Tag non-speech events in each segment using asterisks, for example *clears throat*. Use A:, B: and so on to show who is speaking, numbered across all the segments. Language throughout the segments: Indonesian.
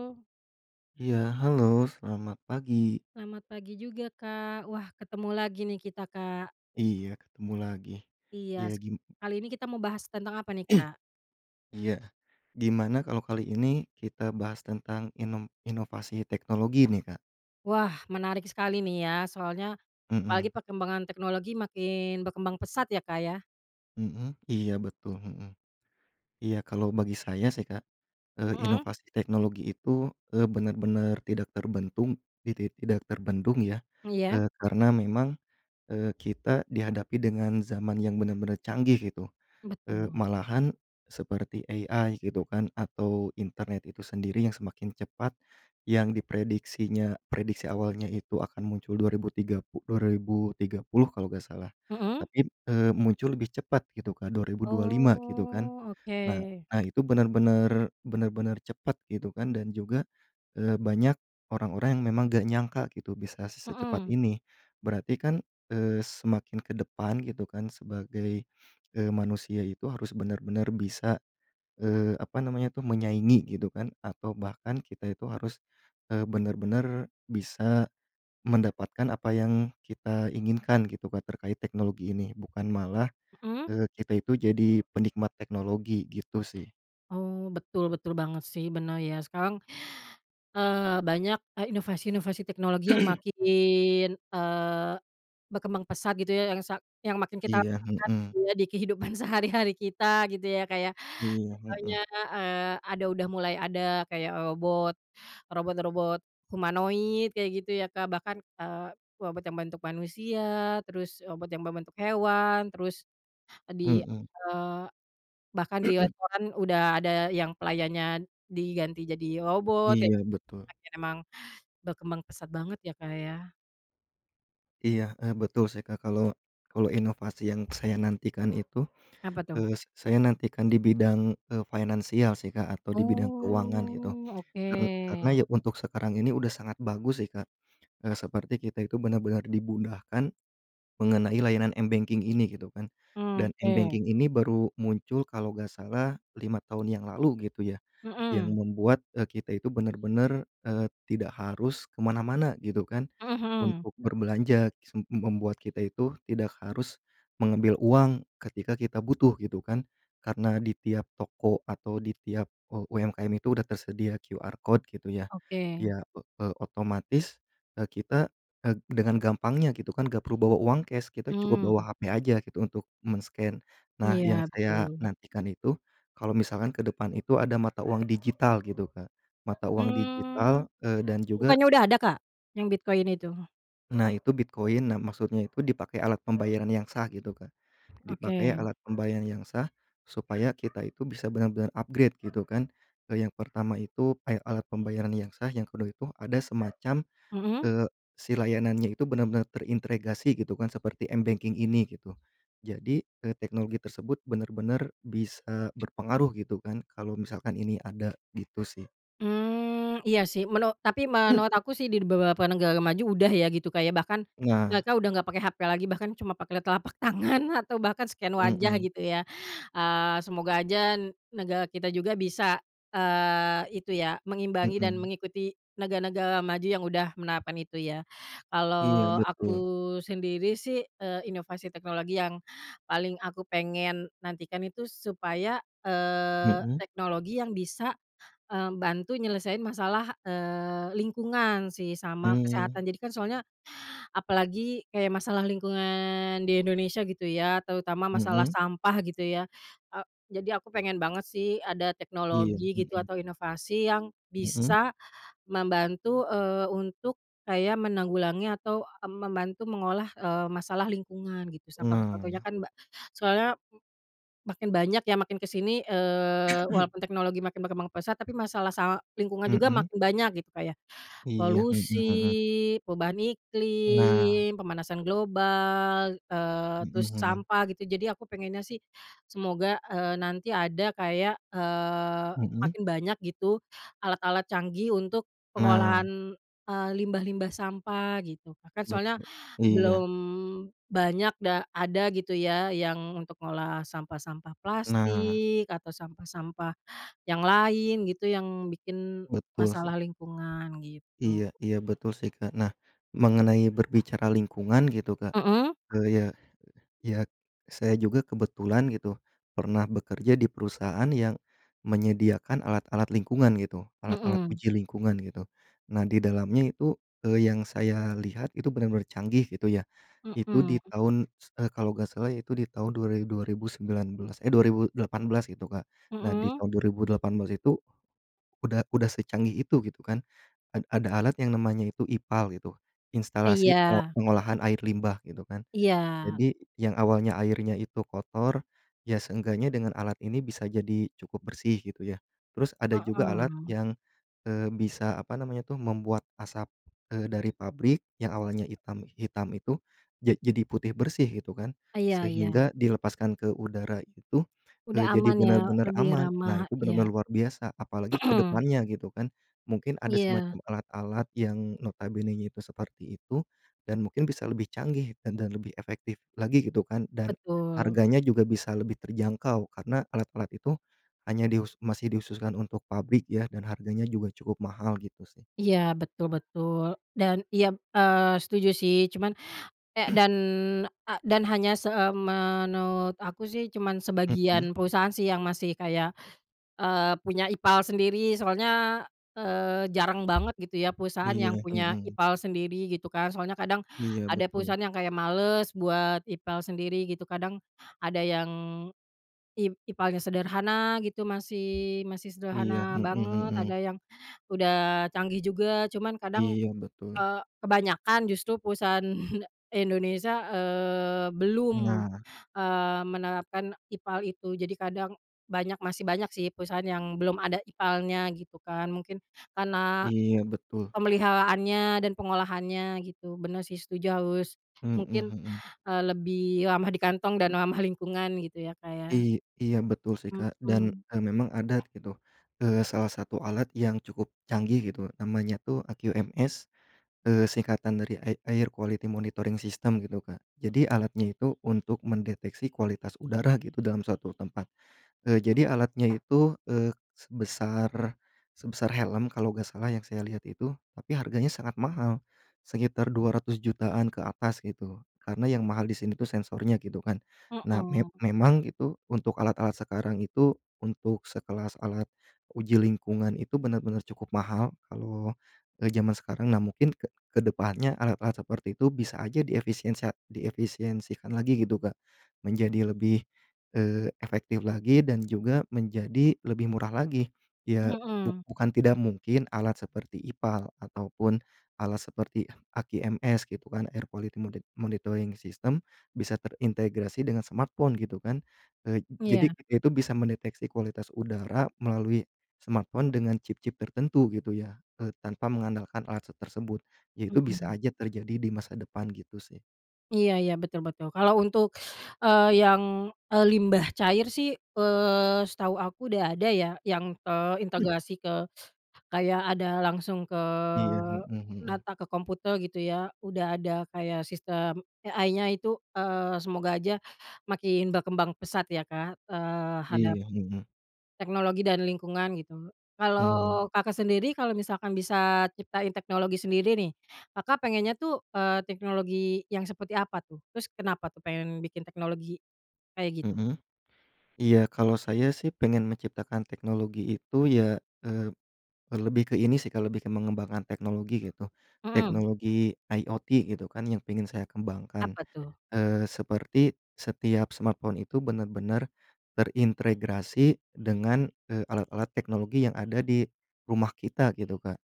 A: Oh,
B: Iya, halo selamat pagi.
A: selamat pagi juga, Kak. Wah, ketemu lagi nih kita, Kak.
B: Iya, ketemu lagi.
A: Iya,
B: Iya
A: kali ini kita mau bahas tentang apa nih,
B: *clears throat*
A: Kak?
B: iya, gimana kalau kali ini kita bahas tentang inovasi teknologi nih, Kak?
A: Wah, menarik sekali nih ya, soalnya apalagi
B: Mhm,
A: perkembangan teknologi makin berkembang pesat ya, Kak, ya?
B: mhm, iya betul, mhm. Iya, kalau bagi saya sih, Kak,
A: Mhm,
B: inovasi teknologi itu, benar-benar tidak terbentung titi tidak terbendung ya,
A: iya,
B: karena memang, kita dihadapi dengan zaman yang benar-benar canggih gitu.
A: betul.
B: Malahan seperti AI gitu kan atau internet itu sendiri yang semakin cepat, yang prediksi awalnya itu akan muncul 2030 kalau nggak salah.
A: Mhm.
B: Tapi, muncul lebih cepat gitu Kak, 2025 gitu kan.
A: Oh, oke.
B: Nah nah itu benar-benar cepat gitu kan, dan juga, banyak orang-orang yang memang gak nyangka gitu bisa secepat
A: Mhm,
B: ini. Berarti kan, semakin ke depan gitu kan, sebagai, manusia itu harus benar-benar bisa, apa namanya tuh, menyaingi gitu kan, atau bahkan kita itu harus, bener bisa mendapatkan apa yang kita inginkan gitu kan terkait teknologi ini, bukan malah,
A: mhm.
B: kita itu jadi penikmat teknologi gitu sih.
A: Oh, betul betul banget sih, benar ya. Sekarang, banyak, inovasi-inovasi teknologi yang makin, eee, berkembang pesat gitu ya, yang makin kita
B: Iya,
A: rasakan
B: mhm,
A: gitu ya di kehidupan *laughs* sehari-hari kita gitu ya, kayak
B: iya, mhm,
A: contohnya, ada udah mulai ada kayak robot-robot humanoid kayak gitu ya, Kak, bahkan, robot yang berbentuk manusia, terus robot yang berbentuk hewan. Di,
B: mhm,
A: eh, Bahkan di restoran udah ada yang pelayannya diganti jadi robot, kayak
B: iya
A: gitu,
B: betul.
A: makin emang berkembang pesat banget ya, Kak, ya.
B: Iya, betul sih, Kak, kalau kalau inovasi yang saya nantikan itu,
A: Apa tuh?
B: eee, s saya nantikan di bidang, finansial sih, Kak, atau di bidang keuangan gitu.
A: Oh,
B: Karena
A: oke.
B: ya untuk sekarang ini udah sangat bagus sih, Kak, seperti kita itu benar-benar dimudahkan mengenai layanan m-banking ini gitu kan,
A: Mmm,
B: dan
A: oke.
B: m-banking ini baru muncul kalau nggak salah 5 tahun yang lalu gitu ya. Yang
A: Mhm.
B: membuat, kita itu benar-benar tidak harus kemana mana gitu kan,
A: Mhm, mhm.
B: untuk berbelanja, membuat kita itu tidak harus mengambil uang ketika kita butuh gitu kan. Karena di tiap toko atau di tiap, UMKM itu udah tersedia QR Code gitu ya.
A: Oke.
B: Ya, otomatis, kita, dengan gampangnya gitu kan, gak perlu bawa uang cash, kita cukup
A: Mmm,
B: bawa HP aja gitu untuk men-scan. Nah,
A: iya
B: yang
A: betul.
B: saya nantikan itu kalau misalkan ke depan itu ada mata uang digital gitu, Kak. Mata uang
A: Mmm,
B: digital, dan juga
A: bukannya udah ada, Kak, yang Bitcoin itu?
B: nah itu Bitcoin, nah maksudnya itu dipakai alat pembayaran yang sah gitu, Kak. Dipakai
A: Oke.
B: alat pembayaran yang sah, supaya kita itu bisa benar-benar upgrade gitu kan. Yang pertama itu, alat pembayaran yang sah; yang kedua itu ada semacam
A: Mhm?
B: Eee, si layanannya itu benar-benar terintegrasi gitu kan, seperti m-banking ini gitu. Jadi, teknologi tersebut benar-benar bisa berpengaruh gitu kan kalau misalkan ini ada gitu sih.
A: Mmm, iya sih tapi menurut aku sih di beberapa negara maju udah ya gitu kayak bahkan
B: Nah,
A: mereka udah nggak pakai HP lagi bahkan cuma pakai telapak *laughs* tangan atau bahkan scan wajah
B: mhm,
A: gitu ya, semoga aja negara kita juga bisa, itu ya mengimbangi dan
B: mhm.
A: mengikuti negara-negara maju yang udah menerapkan itu ya.
B: Iya
A: Kalau aku
B: betul.
A: sendiri sih, inovasi teknologi yang paling aku pengen nantikan itu supaya,
B: Mhm,
A: teknologi yang bisa bantu nyelesain masalah, lingkungan sih sama kesehatan.
B: mhm,
A: Jadi kan soalnya apalagi kayak masalah lingkungan di Indonesia gitu ya, terutama masalah
B: mhm.
A: sampah gitu ya. E jadi aku pengen banget sih ada
B: Iya,
A: teknologi gitu
B: mhm,
A: atau inovasi yang
B: mhm.
A: bisa membantu, untuk kayak menanggulangi atau, mmm, membantu mengolah, masalah lingkungan gitu sampah. Contohnya
B: Nah,
A: kan ba soalnya Makin banyak ya, makin ke sini, walaupun teknologi makin berkembang pesat, tapi masalah lingkungan juga
B: mhm,
A: makin banyak gitu, Kak, ya.
B: iya, mhm, mhm.
A: Polusi, perubahan
B: Nah,
A: iklim, pemanasan global,
B: mhm,
A: terus
B: mhm,
A: sampah gitu. Jadi aku pengennya sih semoga, nanti ada kayak,
B: mhm.
A: makin banyak gitu alat-alat canggih untuk
B: Nah,
A: pengolahan, limbah-limbah sampah gitu, Kak. Kan soalnya
B: betul. Iya.
A: belum banyak ada gitu ya yang untuk ngolah sampah-sampah
B: Nah,
A: plastik atau sampah-sampah yang lain gitu yang bikin
B: betul sih.
A: masalah lingkungan gitu.
B: Iya, iya betul sih, Kak. Nah, mengenai berbicara lingkungan gitu, Kak,
A: Mhm,
B: eee, ya ya saya juga kebetulan gitu pernah bekerja di perusahaan yang menyediakan alat-alat lingkungan gitu, alat-alat
A: mhm,
B: uji lingkungan gitu. Nah, di dalamnya itu, yang saya lihat itu benar-benar canggih gitu ya. Itu di
A: mhm,
B: tahun s kalau nggak salah itu di tahun 2018 gitu, Kak. Nah, di
A: mhm.
B: tahun 2018 itu udah secanggih itu gitu kan. Ada alat yang namanya itu IPAL gitu, instalasi
A: Iya,
B: pengolahan air limbah gitu kan.
A: iya,
B: Jadi yang awalnya airnya itu kotor, ya seenggaknya dengan alat ini bisa jadi cukup bersih gitu ya. Terus ada juga alat
A: heeh,
B: yang, bisa apa namanya tuh membuat asap, dari pabrik yang awalnya hitam hitam itu jadi putih bersih gitu kan.
A: iya, iya,
B: Sehingga dilepaskan ke udara itu,
A: udah
B: jadi
A: aman ya,
B: benar-benar
A: lebih
B: aman. Nah
A: ramah,
B: itu
A: iya,
B: benar-benar luar biasa, apalagi ke depannya
A: *clears throat*
B: gitu kan. Mungkin ada
A: iya,
B: semacam alat-alat yang notabene itu seperti itu, dan mungkin bisa lebih canggih dan lebih efektif lagi gitu kan, dan
A: betul,
B: harganya juga bisa lebih terjangkau, karena alat-alat itu hanya masih dikhususkan untuk pabrik ya, dan harganya juga cukup mahal gitu sih.
A: iya, betul, betul, dan iya, setuju sih, cuman eh, dan dan hanya menurut aku sih cuman
B: Mhm.
A: sebagian perusahaan sih yang masih kayak punya IPAL sendiri soalnya, jarang banget gitu ya perusahaan
B: Iya.
A: yang punya
B: Mhm.
A: IPAL sendiri gitu kan. Soalnya kadang
B: Iya
A: ada
B: betul.
A: perusahaan yang kayak males buat IPAL sendiri gitu, kadang ada yang IPALnya sederhana gitu, masih masih
B: Iya.
A: sederhana
B: Mhm,
A: banget,
B: mhm.
A: ada yang udah canggih juga, cuman kadang,
B: Iya betul.
A: kebanyakan justru perusahaan *laughs* Indonesia, eee, belum
B: Nah.
A: Menerapkan IPAL itu. Jadi kadang masih banyak sih perusahaan yang belum ada ipalnya gitu kan, mungkin karena
B: Iya betul.
A: pemeliharaannya dan pengolahannya gitu. Benar sih setuju harus
B: Mhm,
A: mungkin,
B: mhm.
A: lebih ramah di kantong dan ramah lingkungan gitu ya, Kak, ya.
B: I iya betul sih Kak, dan,
A: Mhm,
B: memang ada gitu, salah satu alat yang cukup canggih gitu namanya tuh AQMS. Singkatan dari Air Quality Monitoring System gitu, Kak. Jadi alatnya itu untuk mendeteksi kualitas udara gitu dalam suatu tempat. Jadi alatnya itu, sebesar sebesar helm kalau nggak salah yang saya lihat itu, tapi harganya sangat mahal, sekitar 200 jutaan ke atas gitu, karena yang mahal di sini tuh sensornya gitu kan. Nah
A: mhm,
B: memang itu untuk alat-alat sekarang itu, untuk sekelas alat uji lingkungan itu benar-benar cukup mahal kalau, zaman sekarang. Nah mungkin ke depannya alat-alat seperti itu bisa aja diefisiensikan lagi gitu Kak, menjadi lebih efektif lagi dan juga menjadi lebih murah lagi. Ya,
A: mhm,
B: bukan tidak mungkin alat seperti IPAL ataupun alat seperti AQMS gitu kan, Air Quality Monitoring System bisa terintegrasi dengan smartphone gitu kan. Jadi
A: iya,
B: kita itu bisa mendeteksi kualitas udara melalui smartphone dengan chip-chip tertentu gitu ya, tanpa mengandalkan alat tersebut. Ya itu bisa
A: mhm.
B: aja terjadi di masa depan gitu sih.
A: Iya, iya, betul, betul. Kalau untuk, yang, limbah cair sih, setahu aku udah ada ya yang terintegrasi kayak ada langsung ke
B: Iya, mhm, mhm.
A: data ke komputer gitu ya, udah ada kayak sistem AI-nya itu, semoga aja makin berkembang pesat ya Kak, terhadap
B: Iya, mhm.
A: teknologi dan lingkungan gitu.
B: Mmm,
A: Kalau Kakak sendiri kalau misalkan bisa ciptain teknologi sendiri nih, Kakak pengennya tuh, teknologi yang seperti apa tuh? Terus kenapa tuh pengen bikin teknologi kayak gitu?
B: mhm. Iya, kalau saya sih pengen menciptakan teknologi itu ya, eee, lebih ke ini sih, kalau lebih ke mengembangkan teknologi gitu.
A: Mhm,
B: Teknologi IoT gitu kan yang pengen saya kembangkan,
A: apa tuh?
B: seperti setiap smartphone itu benar-benar terintegrasi dengan, alat-alat teknologi yang ada di rumah kita gitu, Kak.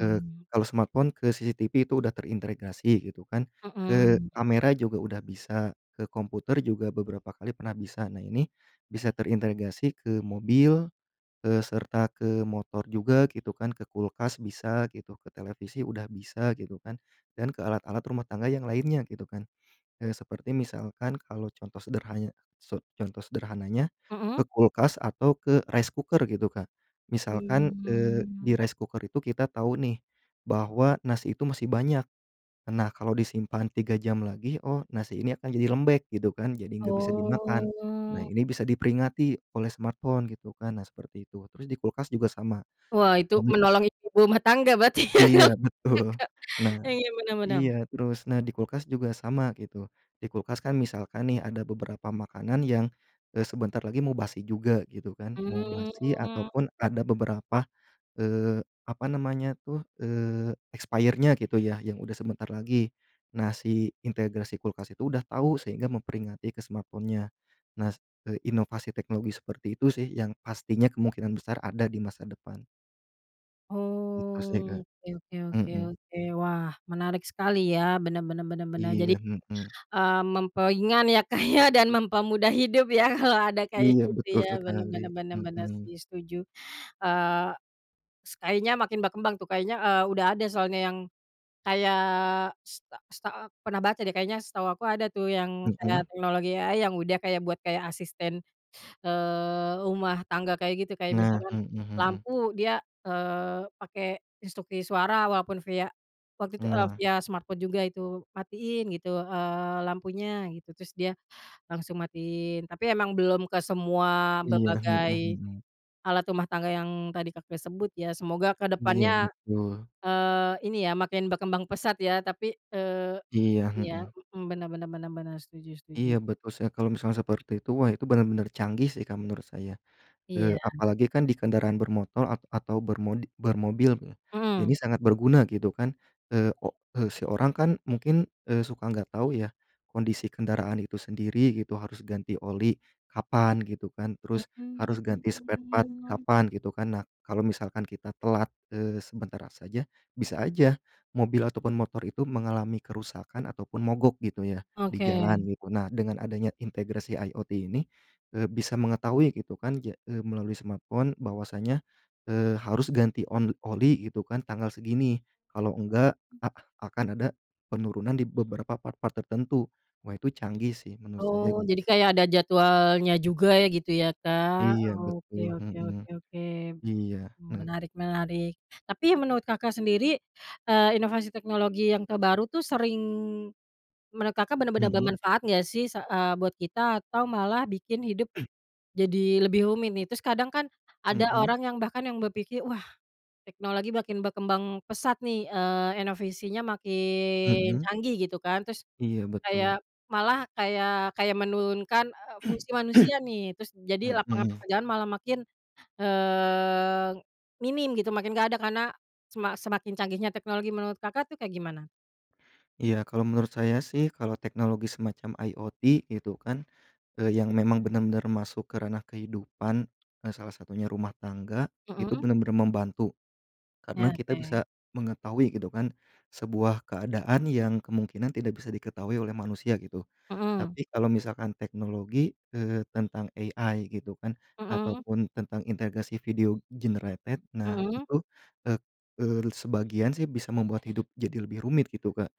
B: Eee, Kalau smartphone ke CCTV itu udah terintegrasi gitu kan, ke
A: mhm,
B: kamera juga udah bisa, ke komputer juga beberapa kali pernah bisa. Nah ini bisa terintegrasi ke mobil, serta ke motor juga gitu kan, ke kulkas bisa gitu, ke televisi udah bisa gitu kan, dan ke alat-alat rumah tangga yang lainnya gitu kan. Seperti misalkan kalau contoh sederhanya so contoh sederhananya, ke
A: mhm,
B: kulkas atau ke rice cooker gitu, Kak. Misalkan, di
A: mmm.
B: rice cooker itu kita tahu nih, bahwa nasi itu masih banyak. Nah, kalau disimpan 3 jam lagi, oh nasi ini akan jadi lembek gitu kan, jadi nggak bisa dimakan. Nah,
A: Oh,
B: ini bisa diperingati oleh smartphone gitu kan, nah seperti itu. Terus di kulkas juga sama.
A: wah itu
B: Kami
A: menolong ibu-ibu rumah tangga berarti ya *laughs*
B: iya,
A: kalau
B: betul.
A: Kakak
B: Nah,
A: iya benar bener,
B: iya, terus nah di kulkas juga sama gitu. Di kulkas kan misalkan nih ada beberapa makanan yang, sebentar lagi mau basi juga gitu kan, mau basi
A: mmm,
B: ataupun ada beberapa, eee, apa namanya tuh, expire-nya gitu ya yang udah sebentar lagi. Nah si integrasi kulkas itu udah tahu sehingga memperingati ke smartphone-nya. Nah, inovasi teknologi seperti itu sih yang pastinya kemungkinan besar ada di masa depan, gitu sih, Kak.
A: oh, oke, oke, oke,
B: Mhm,
A: oke, wah menarik sekali ya, benar-benar benar-benar jadi,
B: iya, mhm.
A: memperingan ya Kak ya dan mempermudah hidup ya *laughs* kalau ada kayak
B: Iya,
A: gitu
B: betul
A: ya,
B: sekali,
A: benar-benar benar-benar
B: mhm,
A: sih setuju, eee, kayaknya makin berkembang tuh kayaknya, udah ada soalnya yang kayak seta seta pernah baca deh kayaknya setahu aku ada tuh yang
B: mhm,
A: kayak teknologi AI yang udah kayak buat kayak asisten, rumah tangga kayak gitu, kayak
B: nah,
A: misalkan
B: mhm, mhm,
A: lampu dia, pakai instruksi suara walaupun via waktu itu,
B: nah,
A: via smartphone juga itu, "Matiin," gitu, "lampunya," gitu, terus dia langsung matiin. Tapi emang belum ke semua
B: iya, mhm,
A: berbagai
B: mhm,
A: alat rumah tangga yang tadi Kakak sebut ya, semoga ke
B: iya
A: depannya
B: betul,
A: Ini ya, makin berkembang pesat ya, tapi,
B: iya,
A: iya,
B: mhm,
A: mhm, bener, bener, bener, bener, setuju, setuju.
B: iya betul sih, kalau misalnya seperti itu, wah itu benar-benar canggih sih Kak, menurut saya.
A: Iya,
B: Apalagi kan di kendaraan bermotor atau bermobil ya, ini
A: mhm,
B: sangat berguna gitu kan, si orang kan mungkin, suka nggak tahu ya kondisi kendaraan itu sendiri gitu, harus ganti oli kapan gitu kan, terus harus ganti spare
A: mmm,
B: part
A: *laughs*
B: kapan gitu kan. Nah, kalau misalkan kita telat, sebentar saja, bisa aja mobil ataupun motor itu mengalami kerusakan ataupun mogok gitu ya, di
A: oke.
B: jalan gitu. Nah, dengan adanya integrasi IoT ini bisa mengetahui gitu kan melalui smartphone bahwasanya, harus ganti oli gitu kan tanggal segini, kalau enggak a akan ada penurunan di beberapa part-part tertentu. Wah itu canggih sih menurut saya
A: Oh, jadi
B: gitu.
A: kayak ada jadwalnya juga ya gitu ya, Kak?
B: Iya
A: Oke,
B: betul,
A: oke,
B: mhm,
A: oke, oke,
B: iya. Nah,
A: menarik, menarik. Tapi menurut Kakak sendiri, inovasi teknologi yang terbaru tuh sering menurut Kakak bener-bener
B: mhm,
A: bermanfaat nggak sih buat kita atau malah bikin hidup jadi lebih rumit nih, terus kadang kan ada
B: mhm,
A: orang yang bahkan yang berpikir, "Wah, teknologi makin berkembang pesat nih, eee, inovasinya makin
B: mhm, *clears throat*
A: canggih," gitu kan. Terus
B: iya betul.
A: kayak malah kayak kayak menurunkan, fungsi
B: *clears throat*
A: manusia nih, terus jadi lapangan
B: Mhm,
A: pekerjaan malah makin, eee, minim gitu, makin nggak ada karena semakin canggihnya teknologi. Menurut Kakak tuh kayak gimana?
B: iya kalau menurut saya sih kalau teknologi semacam IoT gitu kan, yang memang benar-benar masuk ke ranah kehidupan, salah satunya rumah tangga, itu
A: Mhm,
B: benar-benar membantu. Karena
A: ya,
B: kita
A: oke.
B: bisa mengetahui gitu kan, sebuah keadaan yang kemungkinan tidak bisa diketahui oleh manusia gitu.
A: Mhm,
B: Tapi kalau misalkan teknologi, tentang AI gitu kan,
A: mhm,
B: ataupun tentang integrasi video generated, nah
A: mhm,
B: itu, eee eee, sebagian sih bisa membuat hidup jadi lebih rumit gitu, Kak.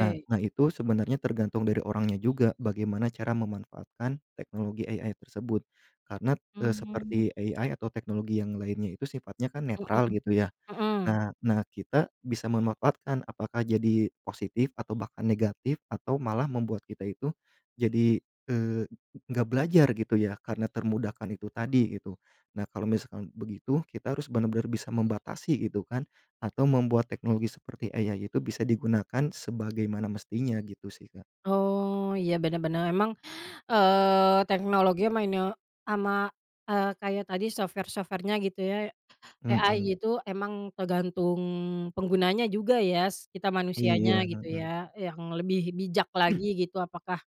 B: Nah nah itu sebenarnya tergantung dari orangnya juga, bagaimana cara memanfaatkan teknologi AI tersebut. Karena,
A: Mmm,
B: seperti
A: mhm,
B: AI atau teknologi yang lainnya itu sifatnya kan netral
A: mhm,
B: gitu ya.
A: mhm.
B: Nah nah kita bisa memanfaatkan apakah jadi positif atau bahkan negatif, atau malah membuat kita itu jadi, eee, nggak belajar gitu ya karena termudahkan itu tadi gitu. Nah kalau misalkan begitu kita harus benar-benar bisa membatasi gitu kan, atau membuat teknologi seperti AI itu bisa digunakan sebagaimana mestinya gitu sih Kak.
A: Oh, iya benar-benar emang, teknologi ama, kayak tadi software software gitu ya,
B: Mhm.
A: AI gitu emang tergantung penggunanya juga ya, kita
B: Iya,
A: manusianya gitu
B: mhm.
A: ya, yang lebih bijak lagi gitu apakah,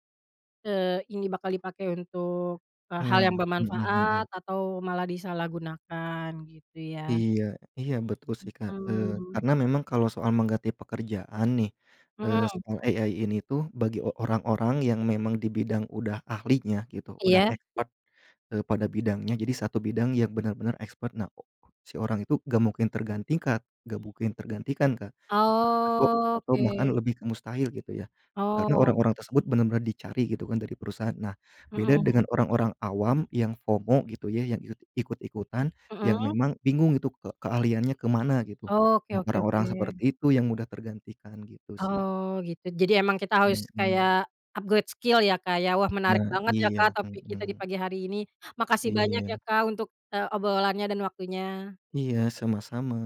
A: eee, ini bakal dipakai untuk, hal
B: Nah,
A: yang
B: mhm, mhm.
A: bermanfaat atau malah disalahgunakan gitu ya,
B: Iya, iya betul sih, Kak,
A: mmm,
B: karena memang kalau soal mengganti pekerjaan nih,
A: mhm,
B: soal AI ini tuh bagi orang-orang yang memang di bidang udah ahlinya gitu, udah
A: iya?
B: expert pada bidangnya, jadi satu bidang yang benar-benar expert. Nah, si orang itu nggak mungkin tergantikan, Kak, a atau
A: Oh,
B: atau bahkan
A: oke,
B: lebih ke mustahil gitu ya, karena
A: oh,
B: orang-orang tersebut benar-benar dicari gitu kan dari perusahaan. Nah, beda dengan
A: mhm,
B: orang-orang awam yang FOMO gitu ya, yang ikut-ikutan, yang
A: mhm?
B: memang bingung itu keahliannya ke mana gitu.
A: Oke,
B: Nah,
A: oke, oke.
B: orang-orang seperti itu yang mudah tergantikan gitu sih.
A: Oh gitu. Jadi emang kita harus
B: Mhm.
A: kayak upgrade skill ya, Kak, ya. Wah menarik
B: Nah
A: banget ya,
B: iya,
A: Kak, topik kita di
B: mhm.
A: pagi hari ini. Makasih banyak
B: Iya
A: ya, Kak, untuk, obrolannya dan waktunya.
B: iya, sama-sama.